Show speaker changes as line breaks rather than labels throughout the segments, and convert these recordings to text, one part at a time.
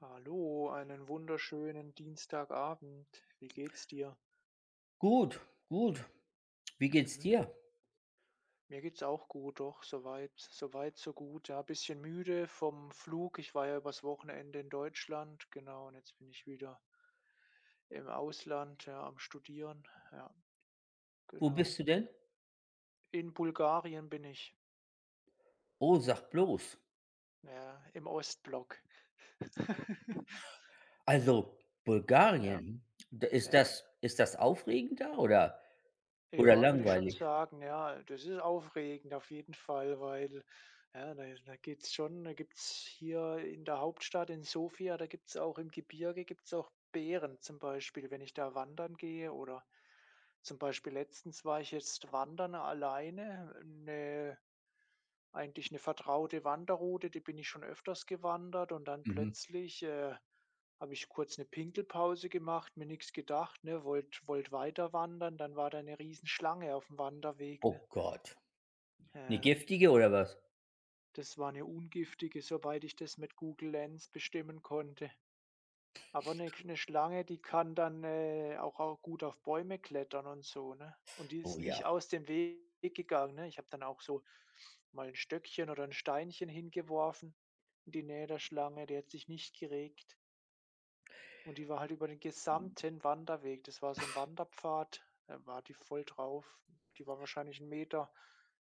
Hallo, einen wunderschönen Dienstagabend. Wie geht's dir?
Gut, gut. Wie geht's
Mhm.
dir?
Mir geht's auch gut, doch, soweit, so gut. Ja, bisschen müde vom Flug. Ich war ja übers Wochenende in Deutschland, genau, und jetzt bin ich wieder im Ausland, ja, am Studieren. Ja,
Wo
genau.
bist du denn?
In Bulgarien bin ich,
Oh, sag bloß.
ja, im Ostblock.
Also
Ja,
Bulgarien, d
ja.
ist das aufregend da oder
Ja, würde ich schon
langweilig?
sagen, ja. Das ist aufregend auf jeden Fall, weil, ja, da geht's schon, da gibt's hier in der Hauptstadt in Sofia, da gibt's auch im Gebirge, gibt's auch Bären zum Beispiel, wenn ich da wandern gehe oder zum Beispiel letztens war ich jetzt wandern alleine, 'ne eigentlich eine vertraute Wanderroute, die bin ich schon öfters gewandert und dann
Mhm.
plötzlich, habe ich kurz eine Pinkelpause gemacht, mir nichts gedacht, ne, wollt weiter wandern, dann war da 'ne Riesenschlange auf dem Wanderweg, ne?
Oh Gott. Eine
Ja,
giftige oder was?
das war eine ungiftige, soweit ich das mit Google Lens bestimmen konnte. Aber eine Sch 'ne Schlange, die kann dann, auch gut auf Bäume klettern und so, ne? Und die
Oh
ist nicht
ja.
aus dem Weg gegangen, ne? Ich habe dann auch so mal ein Stöckchen oder ein Steinchen hingeworfen in die Nähe der Schlange, die hat sich nicht geregt. Und die war halt über den gesamten Wanderweg, das war so ein Wanderpfad, da war die voll drauf. Die war wahrscheinlich 1 Meter,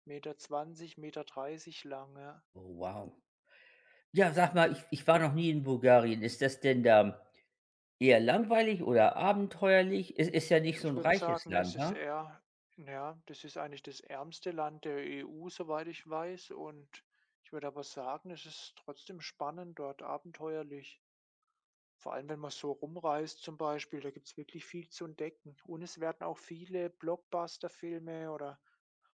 Meter zwanzig, Meter dreißig lang, ja.
Oh, wow. Ja, sag mal, ich
Mhm.
war noch nie in Bulgarien. Ist das denn da eher langweilig oder abenteuerlich? Es ist ja nicht so
Ich
ein
würde
reiches
sagen, es
Land,
ist
ha?
eher, ja, das ist eigentlich das ärmste Land der EU, soweit ich weiß. Und ich würde aber sagen, es ist trotzdem spannend dort, abenteuerlich. Vor allem, wenn man so rumreist zum Beispiel, da gibt es wirklich viel zu entdecken. Und es werden auch viele Blockbuster-Filme oder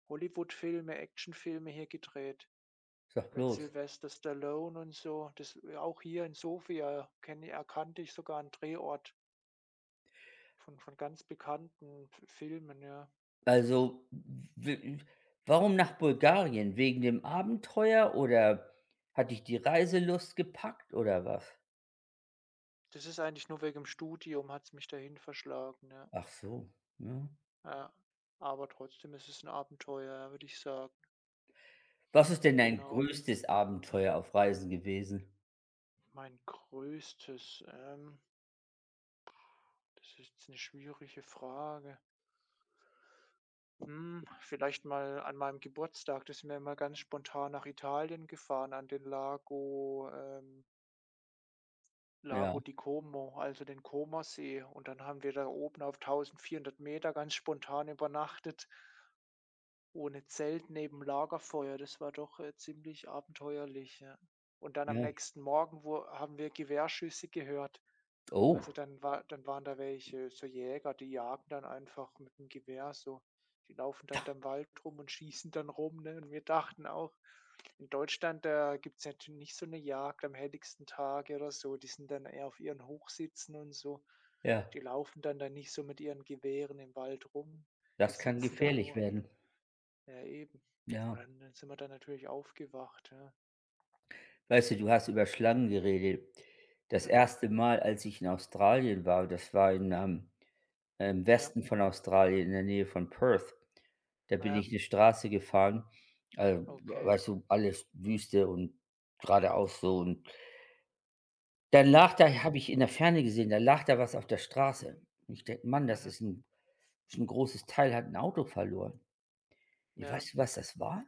Hollywood-Filme, Hollywoodfilme, Actionfilme hier gedreht
Sag
mit
bloß.
Sylvester Stallone und so. Das auch hier in Sofia kenne erkannte ich sogar einen Drehort von ganz bekannten F Filmen, ja.
Also, w Warum nach Bulgarien? Wegen dem Abenteuer oder hat dich die Reiselust gepackt oder was?
Das ist eigentlich nur wegen dem Studium hat es mich dahin verschlagen, ja.
Ach so, ja.
Ja. Aber trotzdem ist es 'n Abenteuer, ja, würde ich sagen.
Was ist denn dein
Genau.
größtes Abenteuer auf Reisen gewesen?
Mein größtes, das ist jetzt 'ne schwierige Frage. Hm, vielleicht mal an meinem Geburtstag, da sind wir mal ganz spontan nach Italien gefahren an den
Ja,
Lago di Como, also den Comersee. Und dann haben wir da oben auf 1.400 Meter ganz spontan übernachtet. Ohne Zelt neben Lagerfeuer, das war doch, ziemlich abenteuerlich, ja. Und dann am
ja.
nächsten Morgen, wo haben wir Gewehrschüsse gehört.
Oh,
Also, dann waren da welche so Jäger, die jagen dann einfach mit dem Gewehr so. Die laufen dann im Wald rum und schießen dann rum, ne? Und wir dachten auch in Deutschland, da gibt es natürlich nicht so eine Jagd am helligsten Tag oder so. Die sind dann eher auf ihren Hochsitzen und so.
ja,
Die laufen dann da nicht so mit ihren Gewehren im Wald rum. Die
das kann
sitzen da
gefährlich
nur.
werden.
Ja, eben. Und
Ja.
dann sind wir dann natürlich aufgewacht, ja.
Weißt du, du hast über Schlangen geredet. Das
Mhm.
erste Mal, als ich in Australien war, das war im
Ja,
Westen von Australien, in der Nähe von Perth. Da bin
ja,
ich eine Straße gefahren, äh,
okay.
weißt du, alles Wüste und geradeaus so und dann lag da
Mhm,
habe ich in der Ferne gesehen, da lag da was auf der Straße. Und ich denke: „Mann, das
mhm.
ist ein ist 'n großes Teil, hat ein Auto verloren.“ Ja,
Ja,
weißt du, was das war?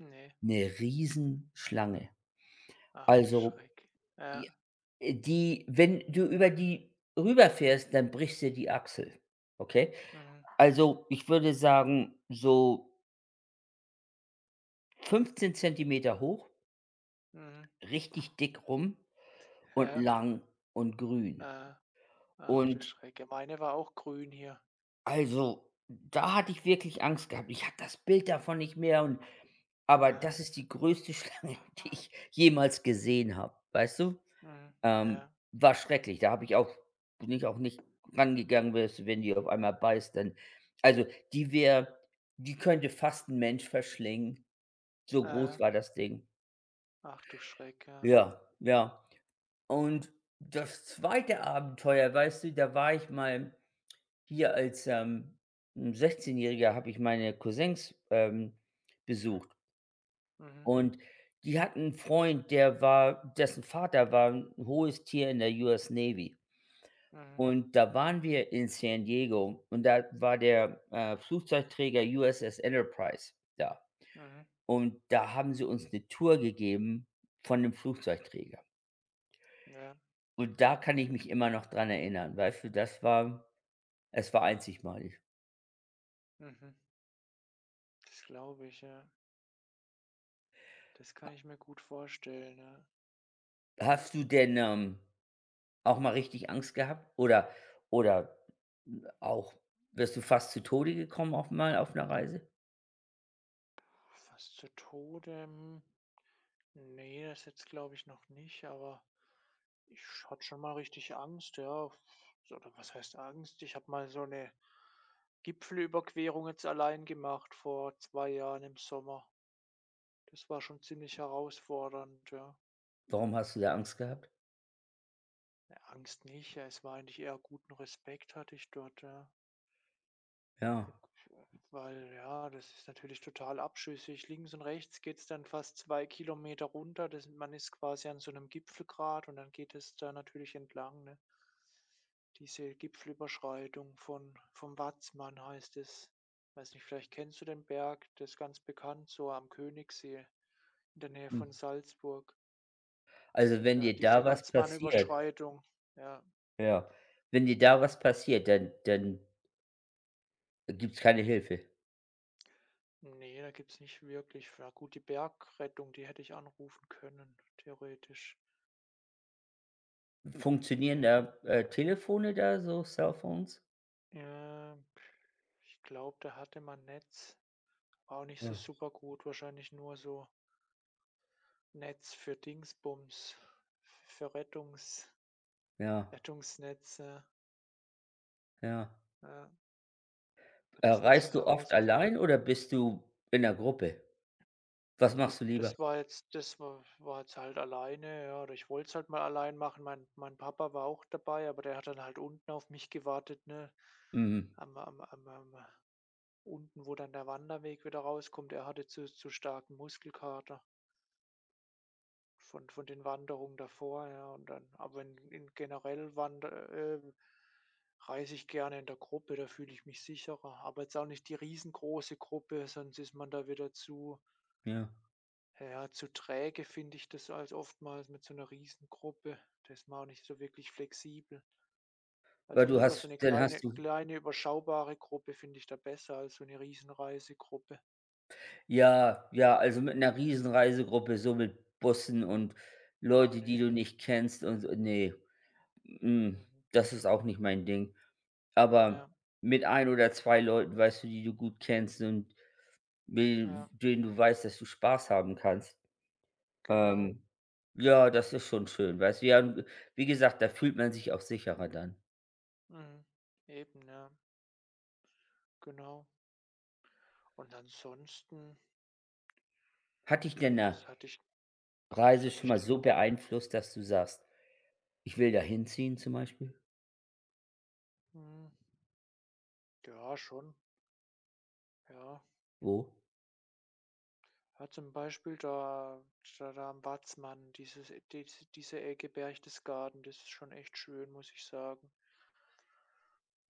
ne.
Eine Riesenschlange.
Ach du
Also,
Schreck. Ja,
j die wenn du über die rüberfährst, dann brichst dir die Achsel, okay?
mhm,
Also, ich würde sagen, so 15 Zentimeter hoch,
mhm.
richtig dick rum und
Ja,
lang und grün.
äh, ach du
Und
Schreck. Ja, meine war auch grün hier.
also, da hatte ich wirklich Angst gehabt. Ich habe das Bild davon nicht mehr und aber
Aha,
das ist die größte Schlange, die ich jemals gesehen habe, weißt du?
mhm, ja,
War schrecklich. Da habe ich auch Bin ich auch nicht rangegangen, wes wenn die auf einmal beißt, dann also, die wäre die könnte fast 'n Mensch verschlingen. So groß
aha.
war das Ding.
Ach du Schreck, ja.
Ja, ja. Und das zweite Abenteuer, weißt du, da war ich mal hier als, 'n Sechzehnjähriger habe ich meine Cousins, besucht
Mhm,
und die hatten einen Freund, der war dessen Vater war ein hohes Tier in der US Navy.
mhm,
Und da waren wir in San Diego und da war der, Flugzeugträger USS Enterprise da.
mhm,
Und da haben sie uns eine Tour gegeben von dem Flugzeugträger.
ja,
Und da kann ich mich immer noch dran erinnern, weißt du, das war es war einzigmalig.
mhm. Das glaube ich, ja. Das kann ich mir gut vorstellen, ja.
Hast du denn, auch mal richtig Angst gehabt oder auch wärst du fast zu Tode gekommen auch mal auf einer Reise?
Fast zu Tode, mhm. Ne, das jetzt glaube ich noch nicht, aber ich hatte schon mal richtig Angst, ja. So, oder was heißt Angst? Ich habe mal so eine Gipfelüberquerung jetzt allein gemacht vor 2 Jahren im Sommer. Das war schon ziemlich herausfordernd, ja.
Warum hast du da Angst gehabt?
Ne, Angst nicht, ja, es war eigentlich eher guten Respekt hatte ich dort, ja.
Ja,
Weil, ja, das ist natürlich total abschüssig. Links und rechts geht es dann fast 2 Kilometer runter. Das man ist quasi an so einem Gipfelgrat und dann geht es da natürlich entlang, ne? Diese Gipfelüberschreitung von vom Watzmann heißt es. Weiß nicht, vielleicht kennst du den Berg, das ist ganz bekannt, so am Königssee in der Nähe
hm.
von Salzburg.
Also, wenn
Da
dir
hat
da
diese
was passiert
Watzmann-Überschreitung, ja,
ja, wenn dir da was passiert, dann dann gibt's keine Hilfe.
nee, da gibt's nicht wirklich. Ja gut, die Bergrettung, die hätte ich anrufen können, theoretisch. Die
Funktionieren
hätt
da, Telefone da, so Cellphones?
Ja, ich glaube, da hatte man Netz. War auch nicht so
Ja,
super gut wahrscheinlich, nur so Netz für Dingsbums, für
ja,
Rettungsnetze.
ja.
Ja, das war schon
Reist du oft
herausford
allein oder bist du in der Gruppe? Was machst du lieber?
das war jetzt halt alleine, ja, oder ich wollte es halt mal allein machen. Mein Papa war auch dabei, aber der hat dann halt unten auf mich gewartet, ne?
Mhm,
Am am am am Unten, wo dann der Wanderweg wieder rauskommt. Er hatte zu starken Muskelkater. Von den Wanderungen davor, ja, und dann aber in generell wander reise ich gerne in der Gruppe, da fühle ich mich sicherer. Aber jetzt auch nicht die riesengroße Gruppe, sonst ist man da wieder zu,
ja.
ja, zu träge finde ich das als oftmals mit so einer Riesengruppe. Da ist man auch nicht so wirklich flexibel.
Weil
Also,
du
lieber so
hast
eine
dann hast
kleine
du
kleine überschaubare Gruppe finde ich da besser als so eine Riesenreisegruppe.
ja, ja, also mit einer riesen Reisegruppe, so mit Bussen und
Ah,
Leute, die
ne.
du nicht kennst und so ne, mm,
Mhm.
das ist auch nicht mein Ding. Aber
Ja,
mit ein oder 2 Leuten, weißt du, die du gut kennst und mit
ja,
denen du weißt, dass du Spaß haben kannst,
genau.
ähm, ja, das ist schon schön, weißt du? Ja, und wie gesagt, da fühlt man sich auch sicherer dann.
Mhm. Eben, ja, genau. Und ansonsten,
Hat dich denn eine
was hatte ich was
Reise
hatte
schon
ich
mal
denn
so
noch?
beeinflusst, dass du sagst: „Ich will da hinziehen“, zum Beispiel?
Hm, ja, schon, ja.
Wo?
Ja, zum Beispiel da am Watzmann, dieses e diese diese Ecke Berchtesgaden, das ist schon echt schön, muss ich sagen.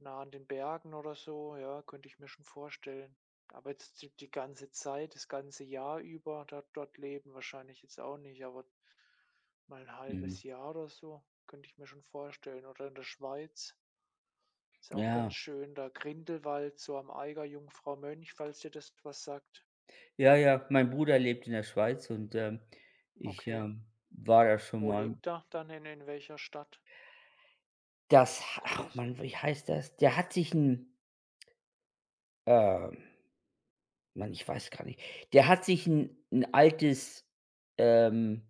Nah an den Bergen oder so, ja, könnte ich mir schon vorstellen. Aber jetzt die ganze Zeit, das ganze Jahr über da dort leben wahrscheinlich jetzt auch nicht, aber mal ein
Mhm.
halbes Jahr oder so, könnte ich mir schon vorstellen. Oder in der Schweiz. Ist auch
Ja,
ganz schön da Grindelwald, so am Eiger, Jungfrau Mönch, falls dir das was sagt.
ja, ja. Mein Bruder lebt in der Schweiz und, ich,
Okay.
war da schon
Wo
mal.
lebt er dann in welcher Stadt? Ist das größer?
Wie heißt das? Der hat sich ein, ähm Mann, ich weiß gar nicht. Der hat sich ein 'n altes, ähm,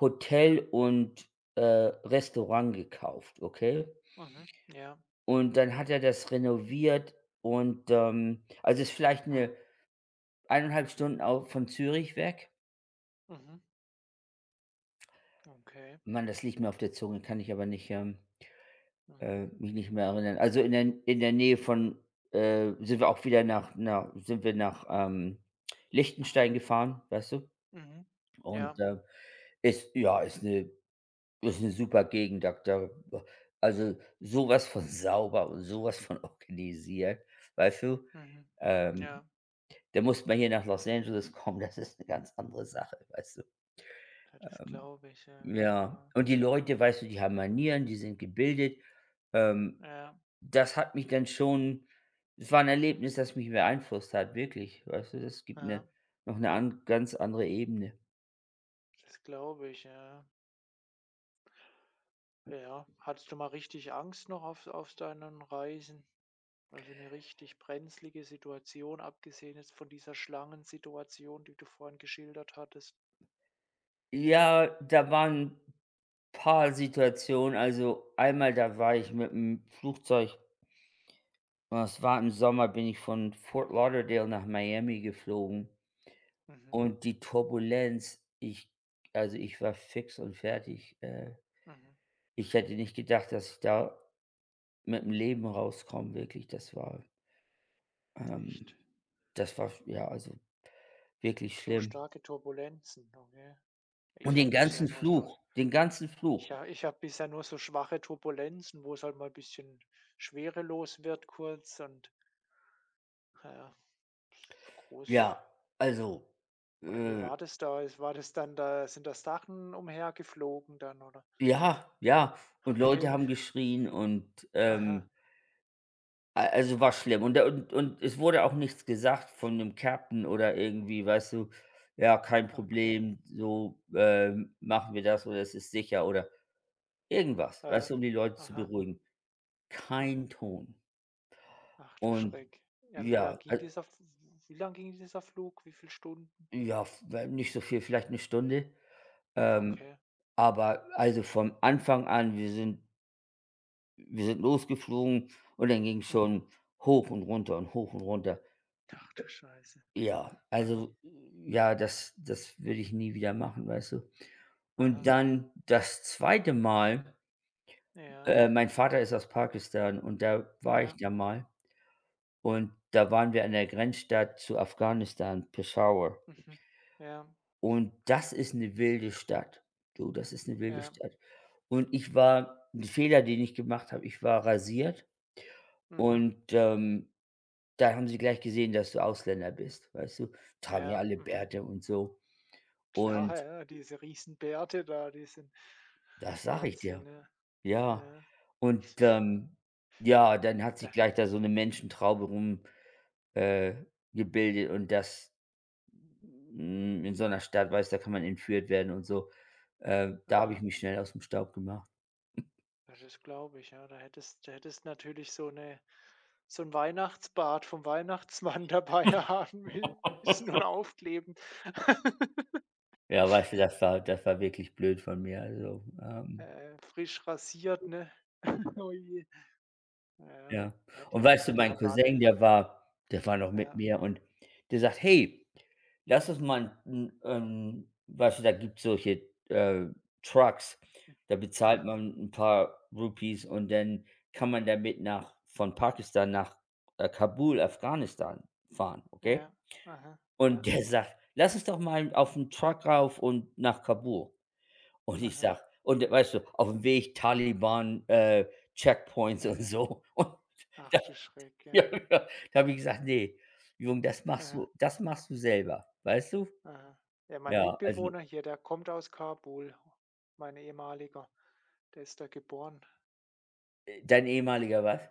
Hotel und, Restaurant gekauft, okay?
Mhm. Ja.
Und dann hat er das renoviert und, also, ist vielleicht eineinhalb Stunden au von Zürich weg.
Mhm. Okay.
Mann, das liegt mir auf der Zunge, kann ich aber nicht,
Mhm.
Mich nicht mehr erinnern. Also, in der Nähe von, sind wir auch wieder nach nach sind wir nach, Liechtenstein gefahren, weißt du?
Mhm.
Und,
Ja.
ist ja, ist eine super Gegend, da da also, sowas von sauber und sowas von organisiert, weißt du?
Mhm.
Ähm,
Ja.
Da muss man hier nach Los Angeles kommen, das ist eine ganz andere Sache, weißt du?
Ja, das
Ähm
glaube ich, ja.
ja,
Ja.
und die Leute, weißt du, die haben Manieren, die sind gebildet. Ähm,
Ja.
Das hat mich dann schon es war ein Erlebnis, das mich beeinflusst hat, wirklich, weißt du? Das gibt eine
Ja.
Noch eine an ganz andere Ebene.
Das glaube ich, ja. Ja. Hattest du mal richtig Angst noch auf deinen Reisen? Also eine richtig brenzlige Situation, abgesehen jetzt von dieser Schlangensituation, die du vorhin geschildert hattest.
Ja, da waren paar Situationen. Also, einmal, da war ich mit dem Flugzeug das war im Sommer, bin ich von Fort Lauderdale nach Miami geflogen
Mhm,
und die Turbulenz, ich also, ich war fix und fertig,
mhm.
ich hätte nicht gedacht, dass ich da mit dem Leben rauskomme, wirklich. Ähm,
Echt
das war ja, also, wirklich
so
schlimm.
starke Turbulenzen, okay. Ich habe bisher nur so
Den ganzen Fluch.
ich habe bisher nur so schwache Turbulenzen, wo es halt mal ein bisschen schwerelos wird kurz und, ja, so groß
Ja, also,
oder wie
äh,
war das da? Es war das dann, da sind da Sachen umhergeflogen dann, oder?
ja, ja. Und Leute
Okay,
haben geschrien und,
aha,
a also, war schlimm. Und da und es wurde auch nichts gesagt von dem Captain oder irgendwie, weißt du: „Ja, kein
okay,
Problem, so, machen wir das“ oder „Es ist sicher“ oder irgendwas, weißt
ja,
du, um die Leute zu
aha,
beruhigen.
mhm.
Kein Ton. Mhm.
Ach du
Und
Schreck. Ja, und
ja, al
wie lang ging dieser Flug? Wie viele Stunden?
ja, f we nicht so viel, vielleicht eine Stunde. Ähm,
Okay.
aber also, vom Anfang an, wir sind losgeflogen und dann ging es
Mhm.
schon hoch und runter und hoch und runter.
Ach du Scheiße.
Ja,
Aha,
also, ja, das das würde ich nie wieder machen, weißt du? Und
aha.
dann das zweite Mal
Ja,
mein Vater ist aus Pakistan und da war ich
ja,
da mal und da waren wir an der Grenzstadt zu Afghanistan, Peshawar.
mhm. Ja,
Und das ist eine wilde Stadt. Du, das ist eine wilde
ja,
Stadt. Und ich war ein Fehler, den ich gemacht habe, ich war rasiert
mhm.
und, da haben sie gleich gesehen, dass du Ausländer bist, weißt du? Tragen ja
Ja,
alle
mhm.
Bärte und so.
Klar,
Und
ja, diese Riesenbärte da, die sind
das sage ich
Wahnsinn,
dir,
ne?
ja.
Ja,
Und, ja, dann hat
da,
sich gleich da so eine Menschentraube rum, äh, gebildet in so einer Stadt, weißt du, da kann man entführt werden und so. Da habe ich
ja,
mich schnell aus dem Staub gemacht.
ja, das glaube ich, ja. Da hättest natürlich so eine, so ein Weihnachtsbart vom Weihnachtsmann dabei haben müssen und aufkleben.
Ja, weißt du, das war wirklich blöd von mir. Also,
Frisch rasiert, ne? Oh je. Ja,
ja.
ja, die
Und weißt
haben
du,
die
mein
haben alle,
Cousin, der war noch mit
ja,
mir und der sagt: „Hey, lass uns mal 'n weißt du, da gibt's solche, äh, Trucks, da bezahlt
ja,
man 'n paar Rupees und dann kann man damit nach von Pakistan nach, Kabul, Afghanistan fahren, okay?“
ja, aha,
Und
ja,
der sagt: „Lass uns doch mal auf 'n Truck rauf und nach Kabul.“ Und ich
aha,
sag und weißt du, auf dem Weg Taliban, Checkpoints
ja,
und
ja.
so. Und da
Ach du Schreck, ja.
ja, ja, da habe ich gesagt: nee Junge
Aha,
das machst du selber“, weißt du?
aha. Ja, mein
Ja, also,
Mitbewohner hier, der kommt aus Kabul, mein ehemaliger. Der ist da geboren.
dein ehemaliger was?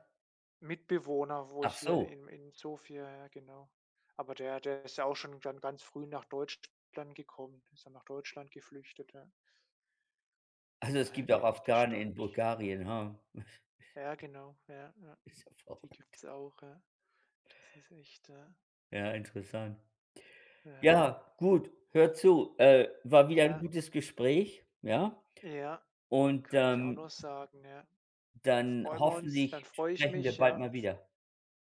Mitbewohner, wo
Ach
ich hier
so.
in Sofia, ja, genau. Aber der ist ja auch schon dann ganz früh nach Deutschland gekommen, ist dann nach Deutschland geflüchtet, ja.
Also, es
Daher
gibt auch
kenne ich die
Afghanen in
Stadt.
Bulgarien, ha?
Ja, genau, ja, ja.
Ist ja
Die
verrückt.
gibt's auch, ja. Das ist echt, ja.
Ja, interessant.
Ja,
Ja, gut, hör zu, war wieder ein
ja,
gutes Gespräch, ja?
ja,
Und,
kann ich auch nur sagen, ja.
dann
Freuen wir uns, dann
hoffentlich
freue ich
sprechen wir
mich,
bald
ja.
mal wieder.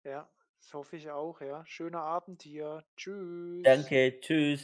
Ja, das hoffe ich auch, ja. Schöner Abend hier. Tschüss.
Danke, tschüss.